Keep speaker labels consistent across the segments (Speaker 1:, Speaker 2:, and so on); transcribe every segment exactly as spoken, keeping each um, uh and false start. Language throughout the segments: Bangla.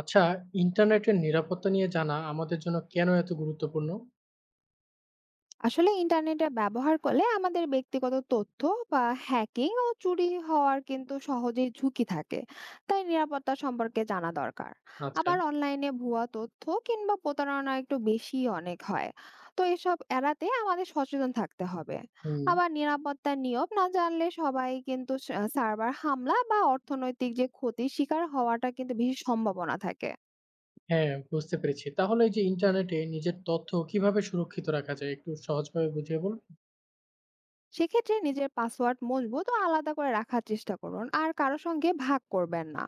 Speaker 1: আচ্ছা, ইন্টারনেটের নিরাপত্তা নিয়ে জানা আমাদের জন্য কেন এত গুরুত্বপূর্ণ?
Speaker 2: আসলে ইন্টারনেটের ব্যবহার করলে আমাদের ব্যক্তিগত তথ্য বা হ্যাকিং ও চুরি হওয়ার কিন্তু সহজেই ঝুঁকি থাকে, তাই নিরাপত্তা সম্পর্কে জানা দরকার।
Speaker 1: আচ্ছা,
Speaker 2: আবার অনলাইনে ভুয়া তথ্য কিংবা প্রতারণা একটু বেশি অনেক হয়, তো এসব এড়াতে আমাদের সচেতন থাকতে হবে।
Speaker 1: হুম,
Speaker 2: আবার নিরাপত্তার নিয়ম না জানলে সবাই কিন্তু সার্ভার হামলা বা অর্থনৈতিক যে ক্ষতির শিকার হওয়াটা কিন্তু বেশি সম্ভাবনা থাকে।
Speaker 1: হ্যাঁ, বুঝতে পেরেছি। তাহলে এই যে ইন্টারনেটে নিজের তথ্য কিভাবে সুরক্ষিত রাখা যায়? একটু সহজভাবে বুঝিয়ে বলুন।
Speaker 2: সেক্ষেত্রে নিজের পাসওয়ার্ড মজবুত ও আলাদা করে রাখার চেষ্টা করুন আর কারো সঙ্গে ভাগ করবেন না।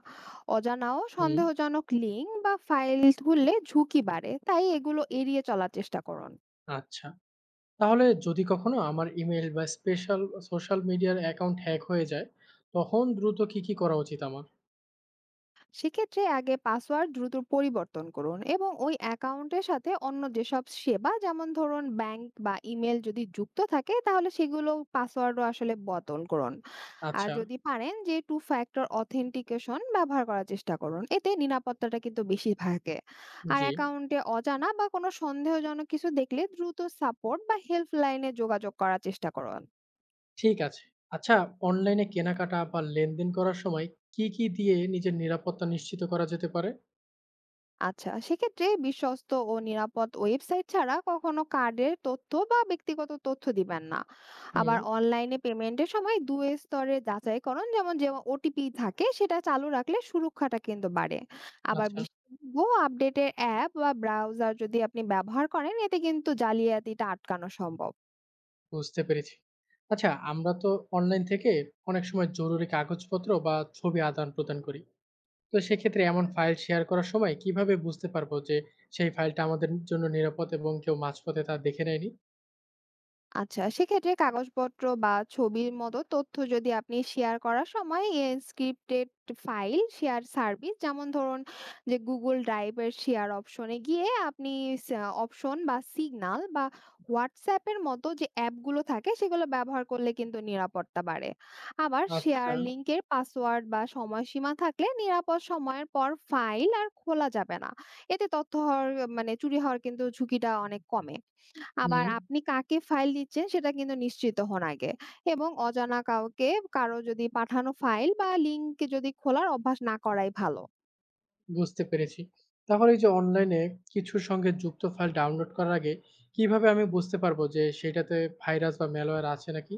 Speaker 2: অজানা ও
Speaker 1: হুম,
Speaker 2: সন্দেহজনক লিঙ্ক বা ফাইল খুললে ঝুঁকি বাড়ে, তাই এগুলো এড়িয়ে চলার চেষ্টা করুন।
Speaker 1: আচ্ছা। তাহলে যদি কখনো আমার ইমেইল বা স্পেশাল সোশ্যাল মিডিয়ার অ্যাকাউন্ট হ্যাক হয়ে যায়, তখন দ্রুত কি, কি করা উচিত আমার?
Speaker 2: সেক্ষেত্রে আগে পাসওয়ার্ড দ্রুত পরিবর্তন করুন এবং ওই অ্যাকাউন্টের সাথে অন্য যেসব সেবা যেমন ধরুন ব্যাংক বা ইমেল যদি যুক্ত থাকে তাহলে সেগুলো পাসওয়ার্ডও আসলে বদল করুন। আর
Speaker 1: আচ্ছা,
Speaker 2: যদি পারেন যে টু ফ্যাক্টর অথেন্টিকেশন ব্যবহার করার চেষ্টা করুন, এতে নিরাপত্তাটা কিন্তু বেশি থাকে। আর
Speaker 1: জি,
Speaker 2: অ্যাকাউন্টে অজানা বা কোনো সন্দেহজনক কিছু দেখলে দ্রুত সাপোর্ট বা হেল্পলাইনে যোগাযোগ করার চেষ্টা করুন।
Speaker 1: ঠিক আছে। আচ্ছা, অনলাইনে কেনাকাটা বা লেনদেন করার সময় কি, কি দিয়ে নিজের নিরাপত্তা নিশ্চিত করা যেতে পারে?
Speaker 2: আচ্ছা, সেক্ষেত্রে বিশ্বস্ত ও নিরাপদ ওয়েবসাইট ছাড়া কখনো কার্ডের তথ্য বা ব্যক্তিগত তথ্য দিবেন না। আবার
Speaker 1: হুম,
Speaker 2: অনলাইনে পেমেন্টের সময় দুই স্তরে যাচাইকরণ যেমন যে ওটিপি থাকে সেটা চালু রাখলে সুরক্ষাটা কিন্তু বাড়ে। আবার
Speaker 1: আচ্ছা।
Speaker 2: বিশেষজ্ঞ আপডেটের অ্যাপ বা ব্রাউজার যদি আপনি ব্যবহার করেন এতে কিন্তু জালিয়াতিটা আটকানো সম্ভব।
Speaker 1: বুঝতে পেরেছি। আচ্ছা আমরা তো অনলাইন থেকে অনেক সময় জরুরি কাগজপত্র বা ছবি আদান-প্রদান করি। তো সেক্ষেত্রে এমন ফাইল শেয়ার করার সময় কিভাবে বুঝতে পারবো যে সেই ফাইলটা আমাদের জন্য নিরাপদ এবং কেউ মাঝপথে তা দেখে নেয়নি?
Speaker 2: আচ্ছা, সেক্ষেত্রে কাগজপত্র বা ছবির মতো তথ্য যদি আপনি শেয়ার করার সময় স্ক্রিপ্টেড ফাইল শেয়ার সার্ভিস যেমন ধরুন যে গুগল ড্রাইভের শেয়ার অপশনে গিয়ে আপনি অপশন বা সিগনাল বা হোয়াটসঅ্যাপের মতো যে অ্যাপগুলো থাকে সেগুলো ব্যবহার করলে কিন্তু নিরাপত্তা বাড়ে। আবার শেয়ার
Speaker 1: আচ্ছা,
Speaker 2: লিঙ্কের পাসওয়ার্ড বা সময়সীমা থাকলে নিরাপদ সময়ের পর ফাইল আর খোলা যাবে না। এতে তথ্য হওয়ার মানে চুরি হওয়ার কিন্তু ঝুঁকিটা অনেক কমে। আবার
Speaker 1: হুম,
Speaker 2: আপনি কাকে ফাইল দিচ্ছেন সেটা কিন্তু নিশ্চিত হন আগে, এবং অজানা কাউকে কারো যদি পাঠানো ফাইল বা লিঙ্ক যদি খোলার অভ্যাস না করাই ভালো।
Speaker 1: বুঝতে পেরেছি। তাহলে এই যে অনলাইনে কিছুর সঙ্গে যুক্ত ফাইল ডাউনলোড করার আগে কিভাবে আমি বুঝতে পারবো যে সেটাতে ভাইরাস বা ম্যালওয়্যার আছে নাকি?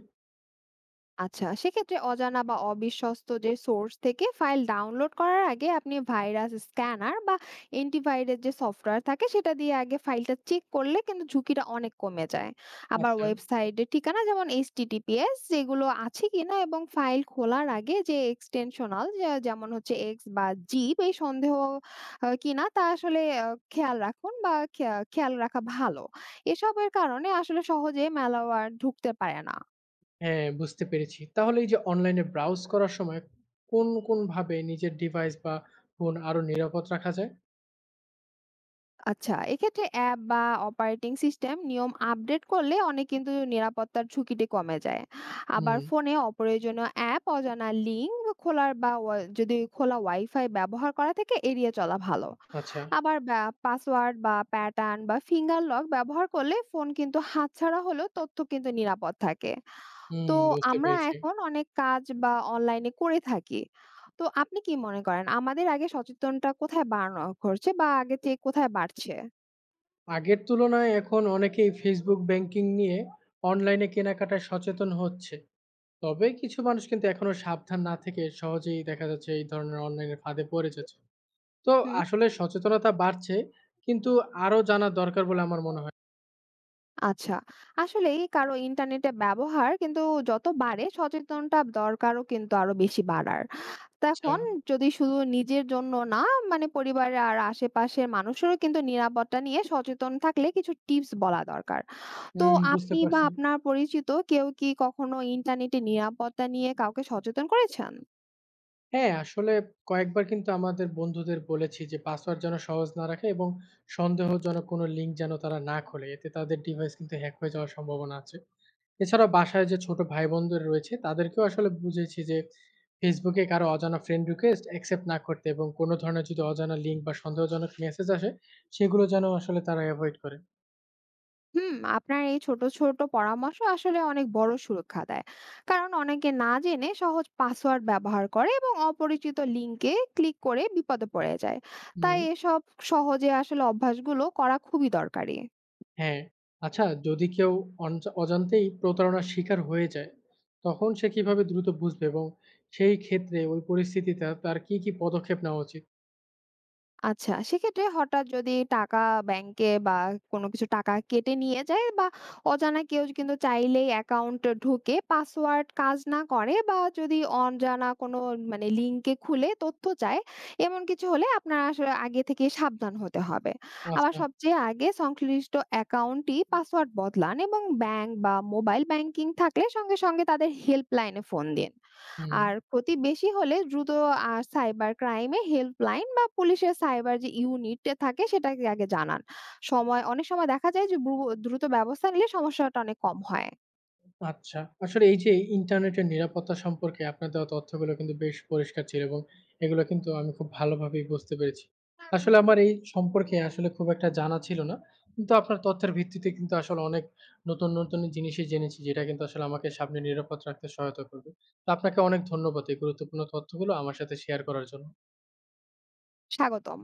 Speaker 2: আচ্ছা, সেক্ষেত্রে অজানা বা অবিশ্বস্ত যে সোর্স থেকে ফাইল ডাউনলোড করার আগে আপনি ভাইরাস স্ক্যানার বা অ্যান্টিভাইরাস যে সফটওয়্যার থাকে সেটা দিয়ে আগে ফাইলটা চেক করলে কিন্তু ঝুঁকিটা অনেক কমে যায়। আবার
Speaker 1: আচ্ছা।
Speaker 2: ওয়েবসাইটের ঠিকানা যেমন এইচটিটিপিএস যেগুলো আছে কিনা এবং ফাইল খোলার আগে যে এক্সটেনশনাল যেমন হচ্ছে এক্স বা জিপ এই সন্দেহ আহ, কিনা তা আসলে আহ, খেয়াল রাখুন বা খেয়া- খেয়াল রাখা ভালো। এসবের কারণে আসলে সহজে ম্যালওয়্যার ঢুকতে পারে না।
Speaker 1: হ্যাঁ, বুঝতে পেরেছি। তাহলে এই যে অনলাইনে ব্রাউজ করার সময় কোন, কোন ভাবে নিজের ডিভাইস বা ফোন আরো নিরাপদ রাখা যায়?
Speaker 2: আচ্ছা, এক্ষেত্রে অ্যাপ বা অপারেটিং সিস্টেম নিয়ম আপডেট করলে অনেক কিন্তু নিরাপত্তার ঝুঁকিটি কমে যায়। আবার
Speaker 1: হুম,
Speaker 2: ফোনে অপ্রয়োজনীয় অ্যাপ, অজানা লিঙ্ক খোলার বা ওয়া যদি খোলা ওয়াইফাই ব্যবহার করা থেকে এড়িয়ে চলা ভালো।
Speaker 1: আচ্ছা।
Speaker 2: আবার ব্যা পাসওয়ার্ড বা প্যাটার্ন বা ফিঙ্গার লক ব্যবহার করলে ফোন কিন্তু হাতছাড়া হলেও তথ্য কিন্তু নিরাপদ থাকে।
Speaker 1: হুম,
Speaker 2: তো
Speaker 1: বুঝতে
Speaker 2: আমরা
Speaker 1: পেরেছি।
Speaker 2: এখন অনেক কাজ বা অনলাইনে করে থাকি। তো আপনি কি মনে করেন আমাদের আগে সচেতনটা কোথায় বাড়ানো হচ্ছে বা আগে চেয়ে কোথায় বাড়ছে?
Speaker 1: আগের তুলনায় এখন অনেকেই Facebook ব্যাংকিং নিয়ে অনলাইনে কেনাকাটায় সচেতন হচ্ছে। তবে কিছু মানুষ কিন্তু এখনো সাবধান না থেকে সহজেই দেখা যাচ্ছে এই ধরনের অনলাইনের ফাঁদে পড়ে যাচ্ছে। তো
Speaker 2: হুম।
Speaker 1: আসলে সচেতনতা বাড়ছে কিন্তু আরো জানা দরকার বলে আমার মনে হয়।
Speaker 2: আচ্ছা, আসলেই কারো ইন্টারনেটে ব্যবহার কিন্তু যত বাড়ে সচেতনতা দরকারও কিন্তু আরো বেশি বাড়ার
Speaker 1: আচ্ছা,
Speaker 2: তখন যদি শুধু নিজের জন্য না মানে পরিবারের আর আশেপাশের মানুষেরও কিন্তু নিরাপত্তা নিয়ে সচেতন থাকলে কিছু টিপস বলা দরকার। তো
Speaker 1: হুম, বুঝতে
Speaker 2: আপনি বা
Speaker 1: পারছি।
Speaker 2: আপনার পরিচিত কেউ কি কখনো ইন্টারনেটে নিরাপত্তা নিয়ে কাউকে সচেতন করেছেন?
Speaker 1: হ্যাঁ, আসলে কয়েকবার কিন্তু আমাদের বন্ধুদের বলেছি যে পাসওয়ার্ড যেন সহজ না রাখে এবং সন্দেহজনক কোনো লিঙ্ক যেন তারা না খোলে। এতে তাদের ডিভাইস কিন্তু হ্যাক হয়ে যাওয়ার সম্ভাবনা আছে। এছাড়া বাসায় যে ছোট ভাই-বোনদের রয়েছে তাদেরকেও আসলে বুঝিয়েছি যে Facebook এ কারো অজানা ফ্রেন্ড রিকোয়েস্ট অ্যাকসেপ্ট না করতে এবং কোনো ধরনের যদি অজানা লিঙ্ক বা সন্দেহজনক মেসেজ আসে সেগুলো যেন আসলে তারা এভয়েড করে।
Speaker 2: হুম, আপনার এই ছোট, ছোট পরামর্শ আসলে অনেক বড় সুরক্ষা দেয়। কারণ অনেকে না জেনে সহজ পাসওয়ার্ড ব্যবহার করে এবং অপরিচিত লিঙ্কে ক্লিক করে বিপদে পড়ে যায়। তাই
Speaker 1: হুম।
Speaker 2: এসব সহজে আসলে অভ্যাসগুলো করা খুবই দরকারি।
Speaker 1: হ্যাঁ, আচ্ছা যদি কেউ অনজ অজান্তেই প্রতারণার শিকার হয়ে যায়, তখন সে কিভাবে দ্রুত বুঝবে এবং সেই ক্ষেত্রে ওই পরিস্থিতিতে তার কি, কি পদক্ষেপ নেওয়া উচিত?
Speaker 2: আচ্ছা, সেক্ষেত্রে হঠাৎ যদি টাকা ব্যাংকে বা কোনো কিছু টাকা কেটে নিয়ে যায় বা অজানা কেউ কিন্তু চাইলেই অ্যাকাউন্ট ঢুকে পাসওয়ার্ড কাজ না করে বা যদি অজানা কোনো মানে লিঙ্কে খুলে তথ্য চায়, এমন কিছু হলে আপনার আসলে আগে থেকে সাবধান হতে হবে। আবার
Speaker 1: আচ্ছা,
Speaker 2: সবচেয়ে আগে সংশ্লিষ্ট অ্যাকাউন্টই পাসওয়ার্ড বদলান এবং ব্যাংক বা মোবাইল ব্যাংকিং থাকলে সঙ্গে, সঙ্গে তাদের হেল্পলাইনে ফোন দিন।
Speaker 1: হুম।
Speaker 2: আর ক্ষতি বেশি হলে দ্রুত আর সাইবার ক্রাইমে হেল্পলাইন বা পুলিশের সাইবার যে ইউনিট থাকে সেটাকে আগে জানান। সময় অনেক সময় দেখা যায় যে ব্রু- দ্রুত ব্যবস্থা নিলে সমস্যাটা অনেক কম হয়।
Speaker 1: আচ্ছা। আসলে এই যে ইন্টারনেটের নিরাপত্তা সম্পর্কে আপনার দেওয়া তথ্যগুলো কিন্তু বেশ পরিষ্কার ছিল এবং এগুলো কিন্তু আমি খুব ভালোভাবেই বুঝতে পেরেছি। আসলে আমার এই সম্পর্কে আসলে খুব একটা জানা ছিল না। কিন্তু আপনার তথ্যের ভিত্তিতে কিন্তু আসলে অনেক নতুন, নতুন জিনিসই জেনেছি যেটা কিন্তু আসলে আমাকে সামনে নিরাপদ রাখতে সহায়তা করবে। তো আপনাকে অনেক ধন্যবাদ এই গুরুত্বপূর্ণ তথ্যগুলো আমার সাথে শেয়ার করার জন্য।
Speaker 2: স্বাগতম।